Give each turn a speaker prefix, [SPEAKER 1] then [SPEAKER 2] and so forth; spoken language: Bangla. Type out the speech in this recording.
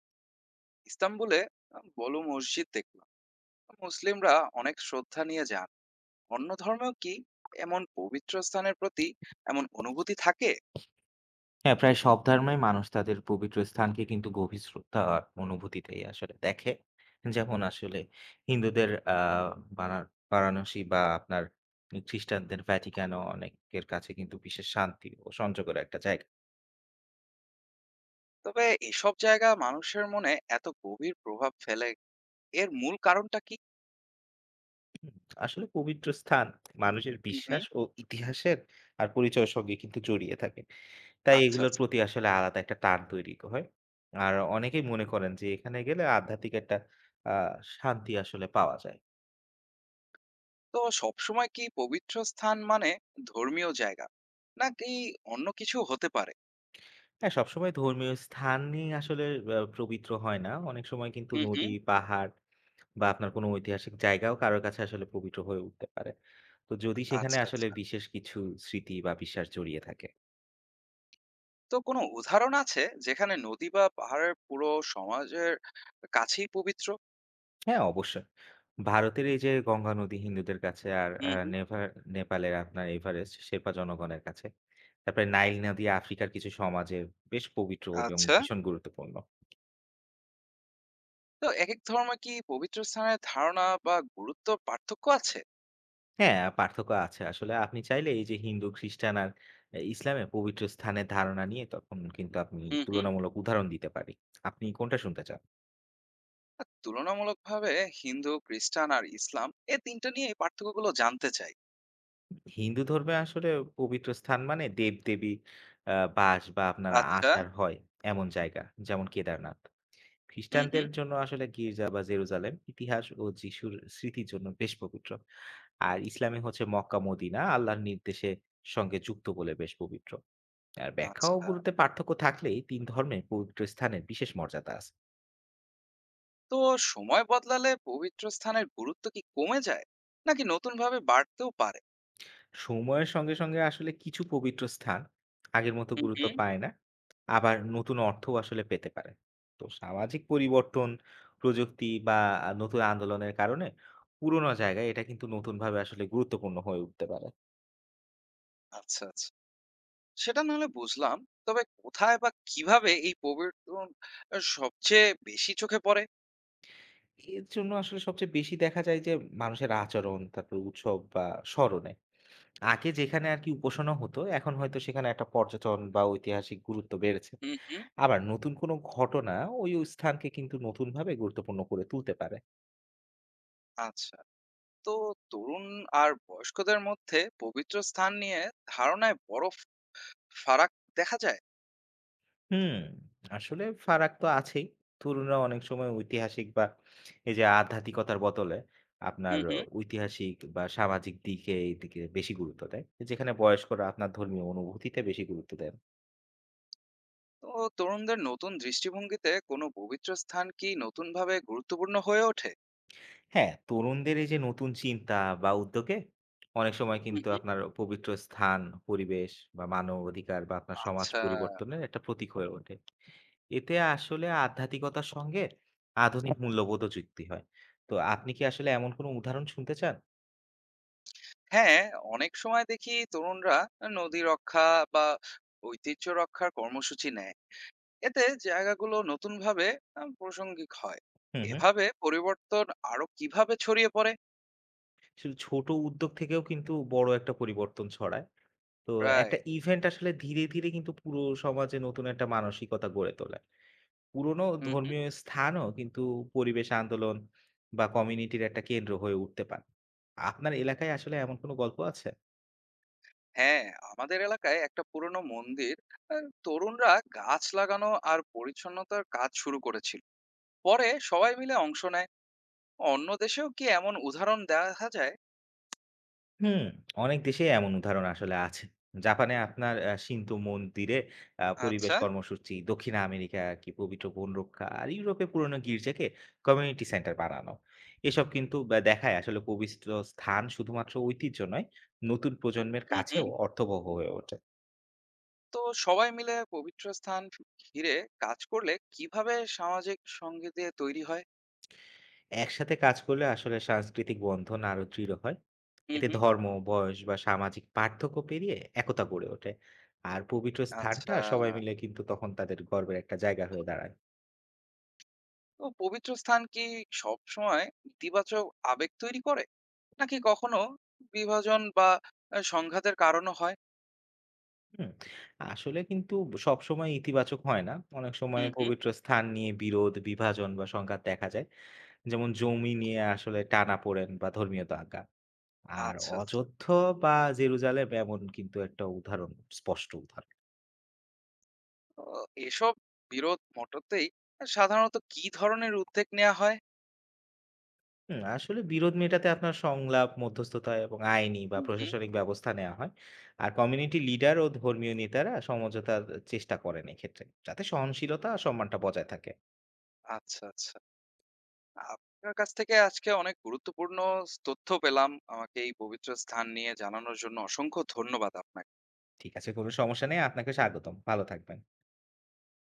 [SPEAKER 1] ইস্তাম্বুলে বড় মসজিদ দেখলাম। মুসলিমরা অনেক শ্রদ্ধা নিয়ে যান। অন্য ধর্মেও কি এমন পবিত্র স্থানের প্রতি এমন অনুভূতি থাকে?
[SPEAKER 2] হ্যাঁ, প্রায় সব ধর্মেই মানুষ তাদের পবিত্র স্থানকে কিন্তু গভীর শ্রদ্ধা আর অনুভূতিতেই আসলে দেখে। যেমন আসলে হিন্দুদের আ বারা বারাণসী বা আপনার খ্রিস্টানদের ভ্যাটিকানও অনেকের কাছে কিন্তু বিশেষ শান্তি ও সংযোগের একটা জায়গা।
[SPEAKER 1] তবে এসব জায়গা মানুষের মনে এত গভীর প্রভাব ফেলে, এর মূল কারণটা কি?
[SPEAKER 2] আসলে পবিত্র স্থান মানুষের
[SPEAKER 1] হুম, হুম।
[SPEAKER 2] বিশ্বাস ও ইতিহাসের আর পরিচয়ের সঙ্গে কিন্তু জড়িয়ে থাকে। তাই
[SPEAKER 1] আচ্ছা,
[SPEAKER 2] এগুলোর
[SPEAKER 1] আচ্ছা।
[SPEAKER 2] প্রতি আসলে আলাদা একটা টান তৈরি হয়। আর অনেকেই মনে করেন যে এখানে গেলে আধ্যাত্মিক একটা আ শান্তি আসলে পাওয়া যায়।
[SPEAKER 1] তো সবসময় কি পবিত্র স্থান মানে ধর্মীয় জায়গা? নাকি অন্য কিছু হতে পারে?
[SPEAKER 2] হ্যাঁ, সবসময় ধর্মীয় স্থানই আসলে পবিত্র হয় না। অনেক সময় কিন্তু
[SPEAKER 1] হুম,
[SPEAKER 2] নদী,
[SPEAKER 1] হুম।
[SPEAKER 2] পাহাড় বা আপনার কোনো ঐতিহাসিক জায়গাও কারো কাছে আসলে পবিত্র হয়ে উঠতে পারে। তো যদি সেখানে
[SPEAKER 1] আচ্ছা,
[SPEAKER 2] আসলে
[SPEAKER 1] আচ্ছা।
[SPEAKER 2] বিশেষ কিছু স্মৃতি বা বিশ্বাস জড়িয়ে থাকে।
[SPEAKER 1] তো কোনো উদাহরণ আছে যেখানে নদী বা পাহাড়ের পুরো সমাজের কাছেই পবিত্র?
[SPEAKER 2] হ্যাঁ, অবশ্যই। ভারতের এই যে গঙ্গা নদী হিন্দুদের কাছে, আর আ
[SPEAKER 1] হুম, হুম।
[SPEAKER 2] নেভার নেপালের আপনার এভারেস্ট শেরপা জনগণের কাছে। তারপরে নাইল নদী আফ্রিকার কিছু সমাজে বেশ পবিত্র এবং
[SPEAKER 1] আচ্ছা।
[SPEAKER 2] ভীষণ গুরুত্বপূর্ণ।
[SPEAKER 1] তো একেক ধর্মে কি পবিত্র স্থানের ধারণা বা গুরুত্ব পার্থক্য আছে?
[SPEAKER 2] হ্যাঁ, পার্থক্য আছে। আসলে আপনি চাইলে এই যে হিন্দু, খ্রিস্টান আর ইসলামে পবিত্র স্থানের ধারণা নিয়ে তখন কিন্তু আপনি
[SPEAKER 1] হুম, হুম।
[SPEAKER 2] তুলনামূলক উদাহরণ দিতে পারি। আপনি কোনটা শুনতে চান?
[SPEAKER 1] আর তুলনামূলকভাবে হিন্দু, খ্রিস্টান আর ইসলাম এ তিনটা নিয়ে এই পার্থক্যগুলো জানতে চাই।
[SPEAKER 2] হিন্দু ধর্মে আসলে পবিত্র স্থান মানে দেব-দেবী বাস বা আপনার
[SPEAKER 1] আচ্ছা।
[SPEAKER 2] আচার হয় এমন জায়গা, যেমন কেদারনাথ।
[SPEAKER 1] হুম, হুম।
[SPEAKER 2] খ্রিস্টানদের জন্য আসলে গির্জা বা জেরুজালেম ইতিহাস ও যিশুর স্মৃতির জন্য বেশ পবিত্র। আর ইসলামে হচ্ছে মক্কা, মদিনা আল্লাহর নির্দেশের সঙ্গে যুক্ত বলে বেশ পবিত্র। আর ব্যাখ্যা
[SPEAKER 1] আচ্ছা।
[SPEAKER 2] ও গুরুত্বে পার্থক্য থাকলেই তিন ধর্মে পবিত্র স্থানের বিশেষ মর্যাদা আছে।
[SPEAKER 1] তো সময় বদলালে পবিত্র স্থানের গুরুত্ব কি কমে যায়, নাকি নতুন ভাবে বাড়তেও পারে?
[SPEAKER 2] সময়ের সঙ্গে সঙ্গে আসলে কিছু পবিত্র স্থান আগের মতো
[SPEAKER 1] হুম,
[SPEAKER 2] গুরুত্ব
[SPEAKER 1] হুম।
[SPEAKER 2] পায় না, আবার নতুন অর্থও আসলে পেতে পারে। তো সামাজিক পরিবর্তন, প্রযুক্তি বা নতুন আন্দোলনের কারণে পুরোনো জায়গায় এটা কিন্তু নতুনভাবে আসলে গুরুত্বপূর্ণ হয়ে উঠতে পারে।
[SPEAKER 1] আচ্ছা, আচ্ছা। সেটা নাহলে বুঝলাম। তবে কোথায় বা কিভাবে এই পবিত্র সবচেয়ে বেশি চোখে পড়ে?
[SPEAKER 2] এর জন্য আসলে সবচেয়ে বেশি দেখা যায় যে মানুষের আচরণ, তারপর উৎসব বা স্মরণে। আগে যেখানে আর কি উপাসনা হতো, এখন হয়তো সেখানে একটা পর্যটন বা ঐতিহাসিক গুরুত্ব বেড়েছে।
[SPEAKER 1] হুম, হুম।
[SPEAKER 2] আবার নতুন কোনো ঘটনা ওই স্থানকে কিন্তু নতুনভাবে গুরুত্বপূর্ণ করে তুলতে পারে।
[SPEAKER 1] আচ্ছা। তো তরুণ আর বয়স্কদের মধ্যে পবিত্র স্থান নিয়ে ধারণায় বড় ফারাক দেখা যায়?
[SPEAKER 2] হুম, আসলে ফারাক তো আছেই। তরুণরা অনেক সময় ঐতিহাসিক বা এই যে আধ্যাত্মিকতার বদলে আপনার
[SPEAKER 1] হুম, হুম।
[SPEAKER 2] ঐতিহাসিক বা সামাজিক দিকে, এইদিকে বেশি গুরুত্ব দেয়। যেখানে বয়স্করা আপনার ধর্মীয় অনুভূতিতে বেশি গুরুত্ব দেন।
[SPEAKER 1] তো তরুণদের নতুন দৃষ্টিভঙ্গিতে কোনো পবিত্র স্থান কি নতুনভাবে গুরুত্বপূর্ণ হয়ে ওঠে?
[SPEAKER 2] হ্যাঁ, তরুণদের এই যে নতুন চিন্তা বা উদ্যোগে অনেক সময়
[SPEAKER 1] হুম,
[SPEAKER 2] কিন্তু
[SPEAKER 1] হুম।
[SPEAKER 2] আপনার পবিত্র স্থান, পরিবেশ বা মানবাধিকার বা আপনার সমাজ
[SPEAKER 1] আচ্ছা।
[SPEAKER 2] পরিবর্তনের একটা প্রতীক হয়ে ওঠে। এতে আসলে আধ্যাত্মিকতার সঙ্গে আধুনিক মূল্যবোধও যুক্তি হয়। তো আপনি কি আসলে এমন কোনো উদাহরণ শুনতে চান?
[SPEAKER 1] হ্যাঁ, অনেক সময় দেখি তরুণরা নদী রক্ষা বা ঐতিহ্য রক্ষার কর্মসূচি নেয়, এতে জায়গাগুলো নতুন ভাবে প্রাসঙ্গিক হয়।
[SPEAKER 2] হুম, হুম।
[SPEAKER 1] এভাবে পরিবর্তন আরো কিভাবে ছড়িয়ে পড়ে?
[SPEAKER 2] শুধু ছোট উদ্যোগ থেকেও কিন্তু বড় একটা পরিবর্তন ছড়ায়। তো একটা
[SPEAKER 1] রাইট।
[SPEAKER 2] ইভেন্ট আসলে ধীরে, ধীরে কিন্তু পুরো সমাজে নতুন একটা মানসিকতা গড়ে তোলে। পুরনো ধর্মীয় স্থানও কিন্তু পরিবেশ আন্দোলন বা কমিউনিটির একটা কেন্দ্র হয়ে উঠতে পারে। আপনার এলাকায় আসলে এমন কোনো গল্প আছে?
[SPEAKER 1] হ্যাঁ, আমাদের এলাকায় একটা পুরনো মন্দির, আ তরুণরা গাছ লাগানো আর পরিচ্ছন্নতার কাজ শুরু করেছিল। পরে সবাই মিলে অংশ নেয়। অন্য দেশেও কি এমন উদাহরণ দেখা যায়?
[SPEAKER 2] হুম, অনেক দেশেই এমন উদাহরণ আসলে আছে। জাপানে আপনার শিন্তো মন্দিরে পরিবেশ
[SPEAKER 1] আচ্ছা।
[SPEAKER 2] কর্মসূচি, দক্ষিণ আমেরিকায় আর কি পবিত্র বন রক্ষা, আর ইউরোপে পুরনো গির্জাকে কমিউনিটি সেন্টার বানানো। এসব কিন্তু দেখায় আসলে পবিত্র স্থান শুধুমাত্র ঐতিহ্য নয়, নতুন প্রজন্মের
[SPEAKER 1] হুম, হুম।
[SPEAKER 2] কাছেও অর্থবহ হয়ে ওঠে।
[SPEAKER 1] তো সবাই মিলে পবিত্র স্থান ঘিরে কাজ করলে কিভাবে সামাজিক সংগীতে তৈরি হয়?
[SPEAKER 2] একসাথে কাজ করলে আসলে সাংস্কৃতিক বন্ধন আরো দৃঢ় হয়।
[SPEAKER 1] হুম,
[SPEAKER 2] এতে
[SPEAKER 1] হুম।
[SPEAKER 2] ধর্ম, বয়স বা সামাজিক পার্থক্য পেরিয়ে একতা গড়ে ওঠে। আর পবিত্র স্থানটা
[SPEAKER 1] আচ্ছা।
[SPEAKER 2] সবাই মিলে কিন্তু তখন তাদের গর্বের একটা জায়গা হয়ে দাঁড়ায়।
[SPEAKER 1] তো পবিত্র স্থান কি সবসময় ইতিবাচক আবেগ তৈরি করে? নাকি কখনো বিভাজন বা সংঘাতের কারণও হয়?
[SPEAKER 2] হুম, আসলে কিন্তু সবসময় ইতিবাচক হয় না। অনেক সময়
[SPEAKER 1] হুম, হুম।
[SPEAKER 2] পবিত্র স্থান নিয়ে বিরোধ, বিভাজন বা সংঘাত দেখা যায়। যেমন জমি নিয়ে আসলে টানাপোড়েন বা ধর্মীয় দাঙ্গা। আর
[SPEAKER 1] আচ্ছা, আচ্ছা।
[SPEAKER 2] অযোধ্যা বা জেরুজালেম এমন কিন্তু একটা উদাহরণ, স্পষ্ট উদাহরণ।
[SPEAKER 1] তো এসব বিরোধ মটাতেই সাধারণত কি ধরনের উদ্যোগ নেওয়া হয়?
[SPEAKER 2] হুম, আসলে বিরোধ মেটাতে আপনার সংলাপ, মধ্যস্থতা এবং আইনি বা
[SPEAKER 1] হুম, হুম।
[SPEAKER 2] প্রশাসনিক ব্যবস্থা নেওয়া হয়। আর কমিউনিটি লিডার ও ধর্মীয় নেতারা সমঝোতার চেষ্টা করেন এক্ষেত্রে, যাতে সহনশীলতা আর সম্মানটা বজায় থাকে।
[SPEAKER 1] আচ্ছা, আচ্ছা। আপনার কাছ থেকে আজকে অনেক গুরুত্বপূর্ণ তথ্য পেলাম। আমাকে এই পবিত্র স্থান নিয়ে জানানোর জন্য অসংখ্য ধন্যবাদ আপনাকে।
[SPEAKER 2] ঠিক আছে, কোনো সমস্যা নেই। আপনাকে স্বাগতম। ভালো থাকবেন।